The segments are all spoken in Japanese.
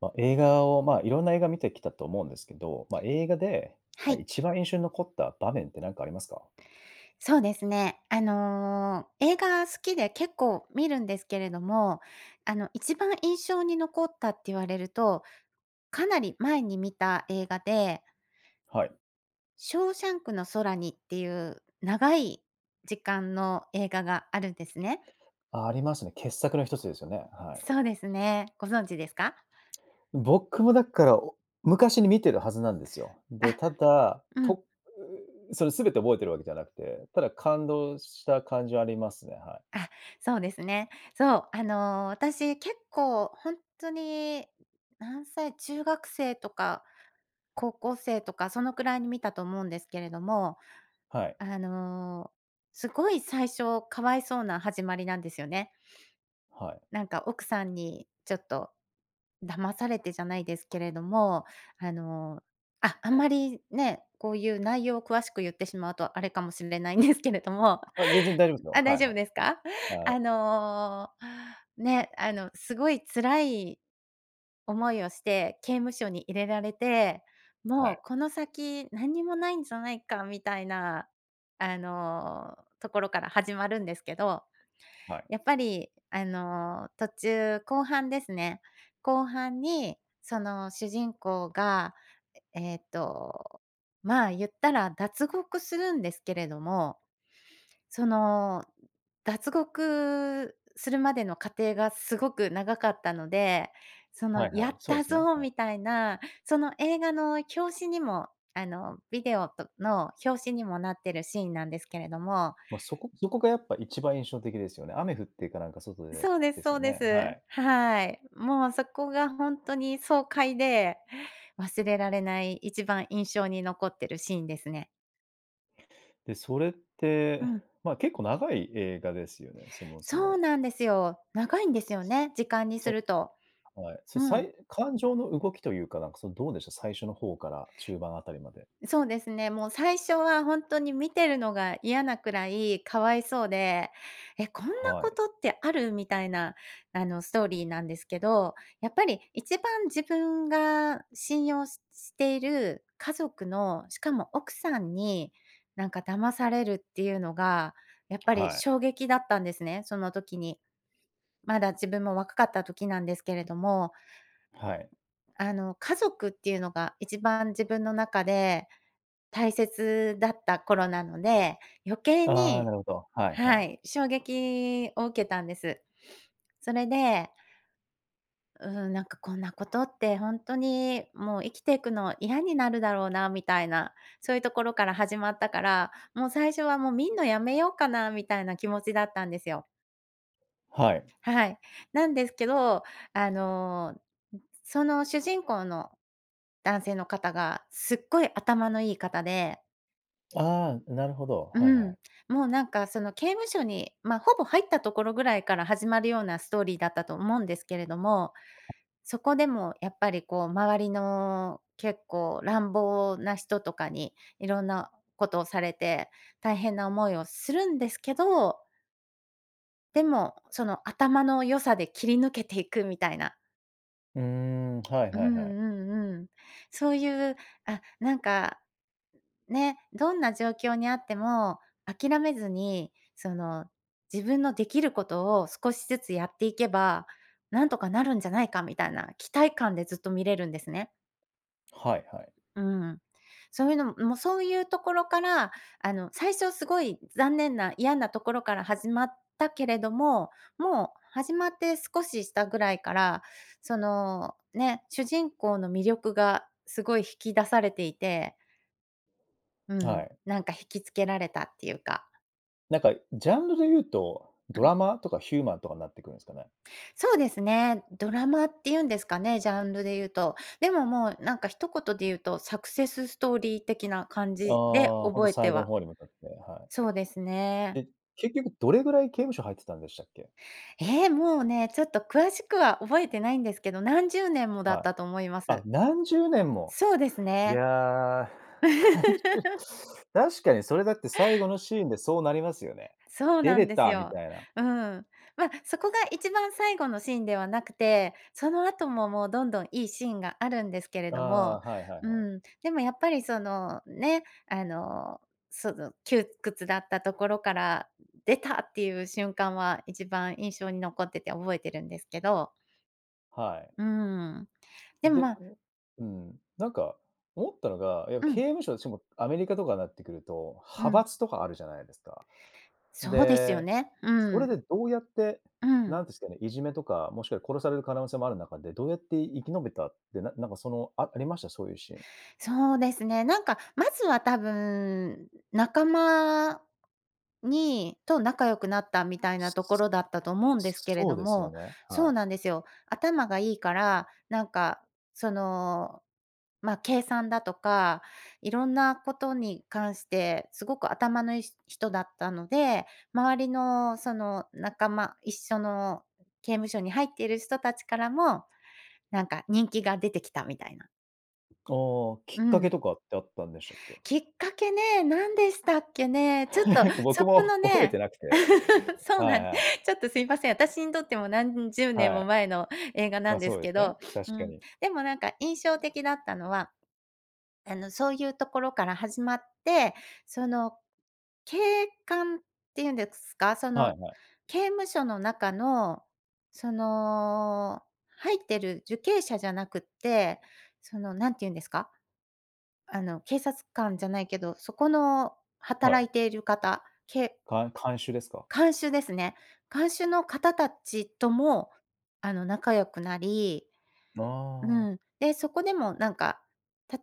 まあ、映画を、まあ、いろんな映画見てきたと思うんですけど、まあ、映画で、はあ、い、一番印象に残った場面って何かありますか？そうですね。映画好きで結構見るんですけれども、一番印象に残ったって言われると、かなり前に見た映画で、はい。ショーシャンクの空にっていう長い時間の映画があるんですね。あ、ありますね。傑作の一つですよね。はい。そうですね。ご存知ですか？僕もだから、昔に見てるはずなんですよ。で、あ、ただ、うん。それ全て覚えてるわけじゃなくて、ただ感動した感じはありますね。はい。あ、そうですね。そう、私結構本当に何歳中学生とか高校生とかそのくらいに見たと思うんですけれども、はい。あの、すごい最初かわいそうな始まりなんですよね。はい。なんか奥さんにちょっと騙されてじゃないですけれども、あの、あ、あんまりね、こういう内容を詳しく言ってしまうとあれかもしれないんですけれども、あ、全然大丈夫ですよ。あ、は大いは丈夫い。ですか？あ、あの、ね、すごい辛い思いをして、刑務所に入れられて、はもい、うこの先何にもないんじゃないかみたいな、ところから始まるんですけど、はい。やっぱり、途中後半ですね。後半に、その主人公が、ええっと、まあ、言ったら脱獄するんですけれども、その、脱獄するまでの過程がすごく長かったので、そのはいは「やい。っそうでたすね。ぞ」はい。みたいな、その映画の表紙にも、ビデオとの表紙にもなってるシーンなんですけれども、まあ、そこがやっぱ一番印象的ですよね。雨降ってかなんか外でそうでですすそようです。ね。はい。はい。もうそこが本当に爽快で、忘れられない一番印象に残ってるシーンですね。で、それっうて、ん。まあ、結構長い映画ですよね、そもそそうも。なんですよ。長いんですよね、時間にすそると。はい。そ、うさん、い感情の動きというか、なんか、その、どうでした？最初の方から中盤あたりまで。そうですね、もう最初は本当に見てるのが嫌なくらいかわいそうで、え、こんなはこい。とってある？みたいな、ストーリーなんですけど、やっぱり一番自分が信用ししている家族の、しかも奥さんに、なんか騙されるっていうのが、やっぱりはい。衝撃だったんですね、その時に。まだ自分も若かった時なんですけれども、はい。家族っていうのが一番自分の中で大切だった頃なので、余計ああ、なに、るほど。はいははい。い、衝撃を受けたんです。それで、うん、なんかこんなことって本当にもう生きていくの嫌になるだろうなみたいな、そういうところから始まったから、もう最初はもう見んのやめようかなみたいな気持ちだったんですよ。はい。はい。なんですけど、あの、その主人公の男性の方がすっごい頭のいい方で、ああ、なるほど。うはいはん、い。もうなんかその刑務所に、まあ、ほぼ入ったところぐらいから始まるようなストーリーだったと思うんですけれども、そこでもやっぱりこう周りの結構乱暴な人とかにいろんなことをされて、大変な思いをするんですけど、でもその頭の良さで切り抜けていくみたいな。うーん、はいうんはいはい。うんうん。そういう、あ、なんかね、どんな状況にあっても諦めずに、その、自分のできることを少しずつやっていけば、なんとかなるんじゃないかみたいな期待感でずっと見れるんですね。はいはい。うん。そういうのももうそういうところから、最初すごい残念な嫌なところから始まったけれども、もう始まって少ししたぐらいから、その、ね、主人公の魅力がすごい引き出されていて、うはん、い。なんか引きつけられたっていうか。なんか、ジャンルで言うと、うドん、ラマとかヒューマンとかになってくるんですかね？そうですね、ドラマっていうんですかね、ジャンルで言うと。でももうなんか一言で言うと、サクセスストーリー的な感あじであ、ほんと覚えて最後のは、方に向かって、はそうですい。ね。え、結局どれぐらい刑務所入ってたんでしたっけ？ええ、もうね、ちょっと詳しくは覚えてないんですけど、何十年もだっはい。たと思いまあ、す。何十年も。そうですいね。やー、確かにそれだって最後のシーンでそうなりますよね。そう出なんれですたみよ。たいな。うん。まあ、そこが一番最後のシーンではなくて、その後ももうどんどんいいシーンがあるんですけれあどあ、も、はいはいうはい。ん、でもやっぱりそのね、その窮屈だったところから出たっていう瞬間は一番印象に残ってて覚えてるんですけど、はい。うん。でも、で、まあ、うん、なんか思ったのが、いや、う刑ん、務所、しかもアメリカとかになってくると、う派ん。閥とかあるじゃないですか。そうですよで、ね。うそれん、でどうやって、うん。なんですかね、いじめとか、もしくは殺される可能性もある中で、どうやって生き延びたって、なんかその、ありました？そういうシーン。そうですね。なんか、まずは多分、仲間と仲良くなったみたいなとこすろだったと思うんですけれそうどですよも、ね、そはうない。んですよ。頭がいいから、なんか、その、まあ、計算だとか、いろんなことに関してすごく頭のいい人だったので、周りのその仲間、一緒の刑務所に入っている人たちからも、なんか人気が出てきたみたいな。ああ、きうっかけん。とかってあったんでしたっけ？きっかけね、何でしたっけね。ちょっ となんか僕そこも の 覚えてね、 なく て。そうはないんはい。ちょっとすいません。私にとっても何十年はもい。前の映画なま、んでそすうですけね、ど、確うかん。に。でもなんか印象的だったのは、そういうところから始まって、その、警官っていうんですか、その、はいはい、刑務所の中の、その、入ってる受刑者じゃなくって、その、何て言うんですか、警察官じゃないけど、そこのは働い。いている方、監修ですか？看守ですね。看守の方たちとも、仲良くなり、うああん。で、そこでもなんか、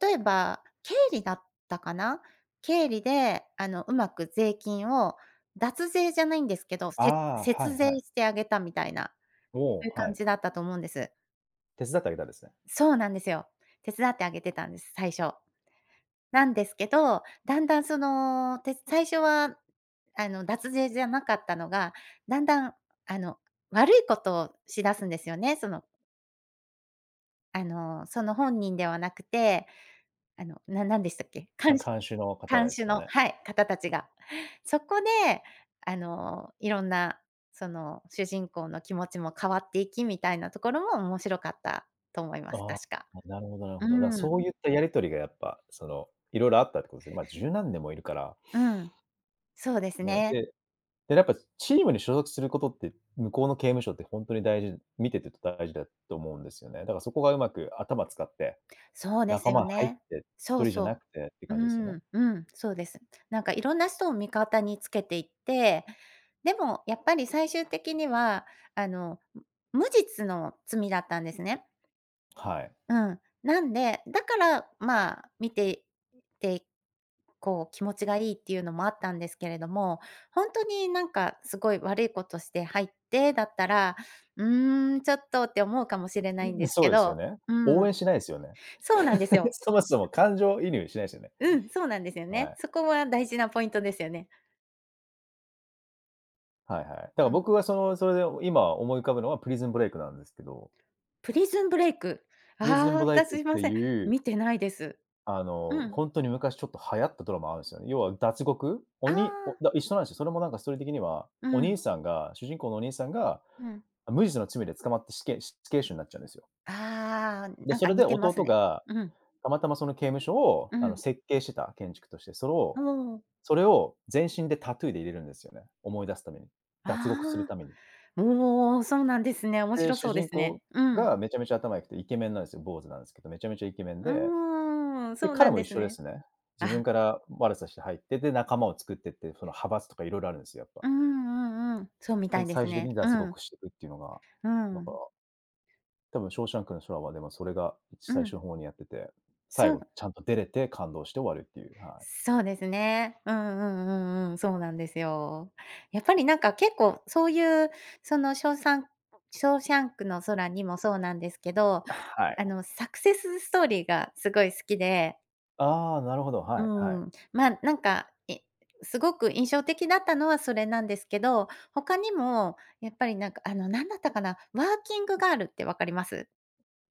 例えば経理だったかな？経理で、うまく税金を脱税じゃないんですけど、ああ、はい節税はい。してあげたみたいな、おそお、ういうは感い。じだったと思うんです。手伝ってあげたんですね。そうなんですよ。手伝ってあげてたんです、最初。なんですけど、だんだんその、最初は、脱税じゃなかったのが、だんだん、あの、悪いことをしだすんですよね。その、その本人ではなくて、なんでしたっけ、監修の方看です守かのね。はい、方たちが。そこで、いろんな、その、主人公の気持ちも変わっていきみたいなところも面白かったと思います、ああ、確か。なるほどなるほど。だ、うそん、そういったやり取りがやっぱ、その、いろいろあったってことですね。ま、あ十何年もいるから。うん、そうですなのね。で、やっぱチームに所属することって、向こうの刑務所って本当に大事見てて大事だと思うんですよね。だからそこがうまく頭使って、そうです仲よ間入っね。て、そ一う人じゃなそくてってう。う感じですよね。ん、うん、そうです。なんかいろんな人を味方につけていって、でもやっぱり最終的には、あの、む無実の罪だったんですね。はい。うん。なんで、だから、まあ、見てて、こう気持ちがいいっていうのもあったんですけれども、本当になんかすごい悪いことして入ってだったら、うーん、ちょっとって思うかもしれないんん、ですそけうですよど、ね。う応ん、援しないですよね。そうなんです よ。そもそも感情移入しないですよね。うん、そうなんですよはね。い。そこは大事なポイントですよね。はいはい。だからうん。僕はその、それで今思い浮かぶのはプリズンブレイクなんですけど、プリズンブレイク。あプリズンあ、ブレイ私クっすいまてせいん。う見てないです。あうの、ん。ほんとに昔ちょっと流行ったドラマあるんすよね。要は脱獄おああ、におだ一緒なんすよ。それもなんかストーリー的には、うおん、兄さんが主人公のお兄さんが、うん。あ、無実の罪で捕まって死刑囚になっちゃうんですよ。ああ、で、なんそかれ似でてます弟ね。がうん、たまたまその刑務所を、うあの、ん。設計してた建築として、それをおお、全身でタトゥーで入れるんですよね、思い出すために。脱獄するあために。あ、おお、そうなんですね。面で、白主そうで人す公ね。うん。がめちゃめちゃ頭良くてイケメンなんですよ、坊主なんですけど、めちゃめちゃイケメンうでーん、で、そう彼なんもで一す緒でね。すね。自分あ、から悪さして入って、で、仲間を作ってって、その派閥とか色々あるんですよ、やっぱ。うんうんうん。そうみたで、いで最す終的ね。にう脱ん、獄していくっていうのが、うだから、ん、多分ショーシャンクの空はでもそれがう最初のん。方にやってて、最そう後ちゃんと出れて感動して終わるっていう、はい。そうですね。うんうんうんうん、そうなんですよ。やっぱりなんか結構そういう、そのショーサンショーシャンクの空にもそうなんですけど、はい。サクセスストーリーがすごい好きで、ああ、なるほど、はういはい。ん、まあ、なんか、え、すごく印象的だったのはそれなんですけど、他にもやっぱりなんか、何だったかな、ワーキングガールってわかります？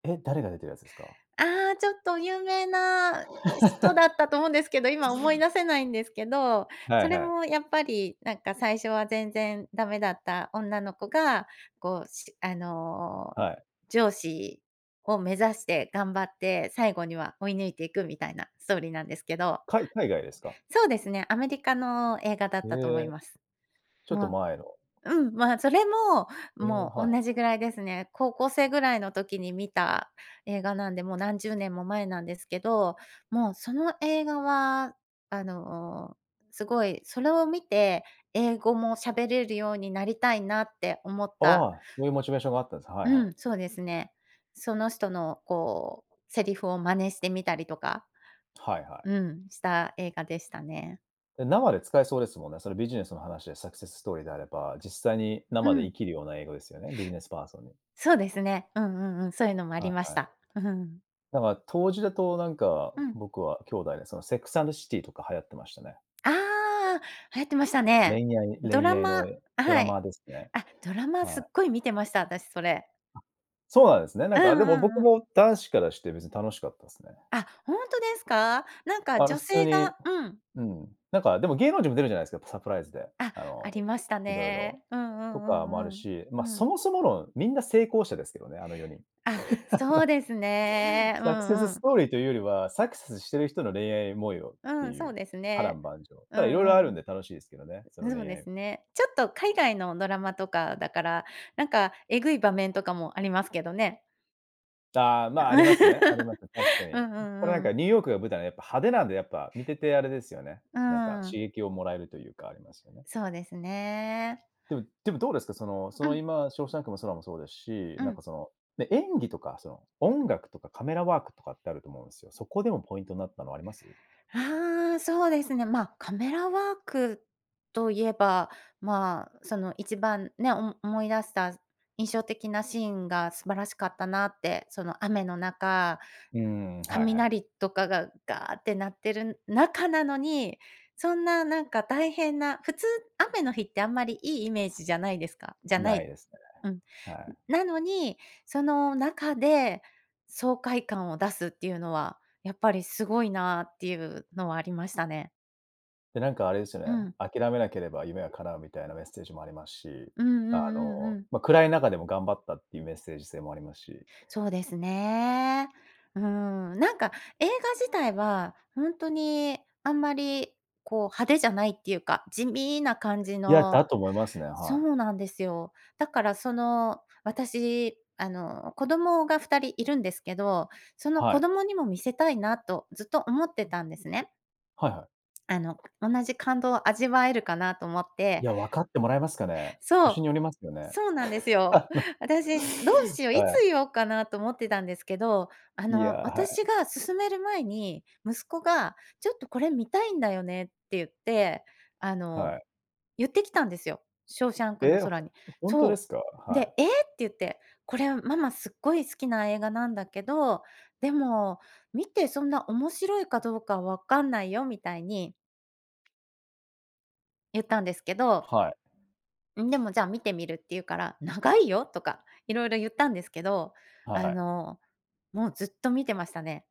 え、誰が出てるやつですか？ああ、ちょっと有名な人だった と思うんですけど、今思い出せないんですけど、はそいれはい、もやっぱりなんか最初は全然ダメだった女の子が、こう、しあの、はい。上司を目指して頑張って、最後には追い抜いていくみたいなストーリーなんですけど、海外ですか？そうですね、アメリカの映画だっへたと思いえ、ます。ちょっもとう前の。うん、まあ、それも、ええ、もうは同い。じぐらいですね。高校生ぐらいの時に見た映画なんで、もう何十年も前なんですけど、もうその映画は、あの、すごいそれを見て、英語も喋れるようになりたいなって思った。ああ、そういうモチベーションがあったんです。はいはうい。ん、そうですね。その人のこう、セリフを真似してみたりとか、はいはい。うん、した映画でしたね。で生で使えそうですもんね。それビジネスの話でサクセスストーリーであれば、実際にう生で生ん、きるような英語ですよね、ビジネスパーソンに。そうですね。うんうんうん、そういうのもあはりまい。した。うん。だから当時だとなんか、うん。僕は兄弟でそのセックスアンドシティとか流行ってましたね。ああ、流行ってましたね。恋愛ド恋ラ愛のマ、ドラはい。マですね。あ、ドラマすはっい。ごい見てました、私それ。そうなんですね。なうんんかでもう僕んうん。も男子からして別に楽しかったですね。あ、ほんとですか？なんかあの女普通性に、が、うん。うん。なんかでも芸能人も出るじゃないですか、サプライズで。あ、ああの、りましたいろいろね。うんうとかもあるんうんうん。し、ま、うん。そもそも論、みんな成功者ですけどね、あの4人。あ、そうですね。うサクセんスうスん。トーリーというよりは、サクセスしてる人の恋愛模様っうてん、いそううです波ね。乱万丈。うただ色ん々うあるんん。で楽しいですけどね、そのそ恋うで愛。すね。ちょっと海外のドラマとかだから、なんかえぐい場面とかもありますけどね。ああ、まあ、ありますね。ありま す。確かに。うんうこれなんんうん。かニューヨークが舞台なんでやっぱ派手なんで、やっぱ見ててあれですよね。うなんか刺ん。激をもらえるというかありますよね。そうですね。でもどうですか、そのそうのん、今、ショーシャンクの空もそうですし、うなんん。かその、ね、演技とか、その音楽とかカメラワークとかってあると思うんですよ。そこでもポイントになったのあります？ああ、そうですね。まあ、カメラワークといえば、まあ、その一番ね、おも思い出した印象的なシーンが素晴らしかったなって、その雨の中、うーん、はいはい。雷とかがガーって鳴ってる中なのに、そんななんか大変な普通、雨の日ってあんまりいいイメージじゃないですかじゃなないいですうん。ね。はい。なのに、その中で爽快感を出すっていうのはやっぱりすごいなっていうのはありましたね。で、なんかあれですようね、ん。諦めなければ夢は叶うみたいなメッセージもありますし、うんあうんうんの、うん。ま、暗い中でも頑張ったっていうメッセージ性もありますし。そうですね。うん、なんか映画自体は本当にあんまりこう派手じゃないっていうか、地味な感じいや、の、だと思いますね、そはい。うなんですよ。だからその、私、あの、子供が2人いるんですけど、そのは子い。供にも見せたいなとずっと思ってたんですね。はいはい。あの、同じ感動を味わえるかなと思っいて、や、分かってもらえますかね？そう。年によりますよね。そうなんですよ。私、どうしよう、いつは言おうかなと思ってたんですけど、あい。いや、の、はい、私が勧める前に、息子が「ちょっとこれ見たいんだよね」って言って、あはの、い。言ってきたんですよ。ショーシャンクのえ、ほ空に。ほんとでそすか？う。はで、い。「ええ！」って言って、「これママすっごい好きな映画なんだけど、でも見てそんな面白いかどうかわかんないよ」みたいに言ったんですけど、はい。でも、じゃあ見てみるって言うから、長いよとかいろいろ言ったんですけど、はあい。の、もうずっと見てましたね。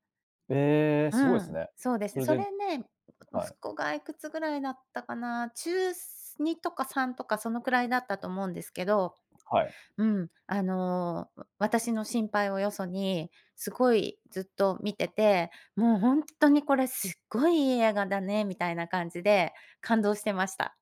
ええ、うすごいですん、ね。そうですそね。れそでれね、は息い、子がいくつぐらいだったかな、中2とか3とかそのくらいだったと思うんですけど、はい。私の心配をよそに、すごいずっと見てて、もう本当にこれすっごいいい映画だねみたいな感じで感動してました。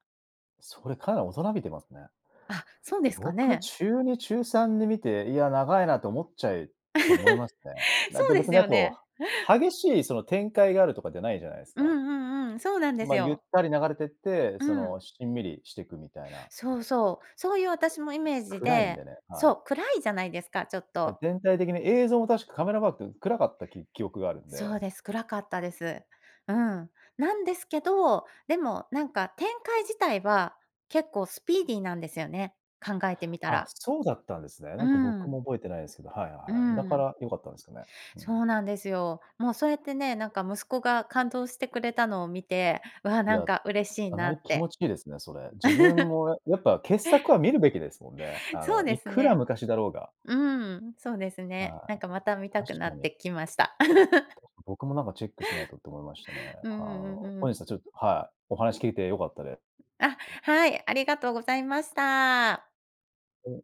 それかなり大人びてますね。あ、そうですか僕、中ね？2、中3で見て、いや、長いなと思いますね。だってそうで別すにあよと、ね。激しいその展開があるとかじゃないじゃないですうんか。うんうん、そうなんでま、すあゆっよ。たり流れてって、うそん。の、しんみりしてくみたいな。そうそう。そういう私もイメージ暗いんで、でね、はそい。う、暗いじゃないですか、ちょっで、と。全体的に映像も確かカメラワークって暗かった記憶があるんそで。うです、暗かったです。うん。なんですけど、でもなんか展開自体は結構スピーディーなんですよね、考えてみたあ、ら。そうだったんですね。うなんか僕ん。も覚えてないですけど、はいはいうはい。だかん。ら良かったんですかね。うん。そうなんですよ。もうそうやってね、なんか息子が感動してくれたのを見て、うわいなんや、か嬉しいかななりっ気持て。ちいいですね、それ。自分 もやっぱ傑作は見るべきですもんね。あそうの、でいすくらね。昔だろうが。うん、そうですね。はなんかまた見い。たく確なかっに、てきました。僕もなんかチェックしないとって思いましたね。うあんの、うんう本ん。日はちょっとはい、お話聞いて良かったで、あ、はい、ありがとうございました。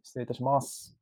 す。失礼いたします。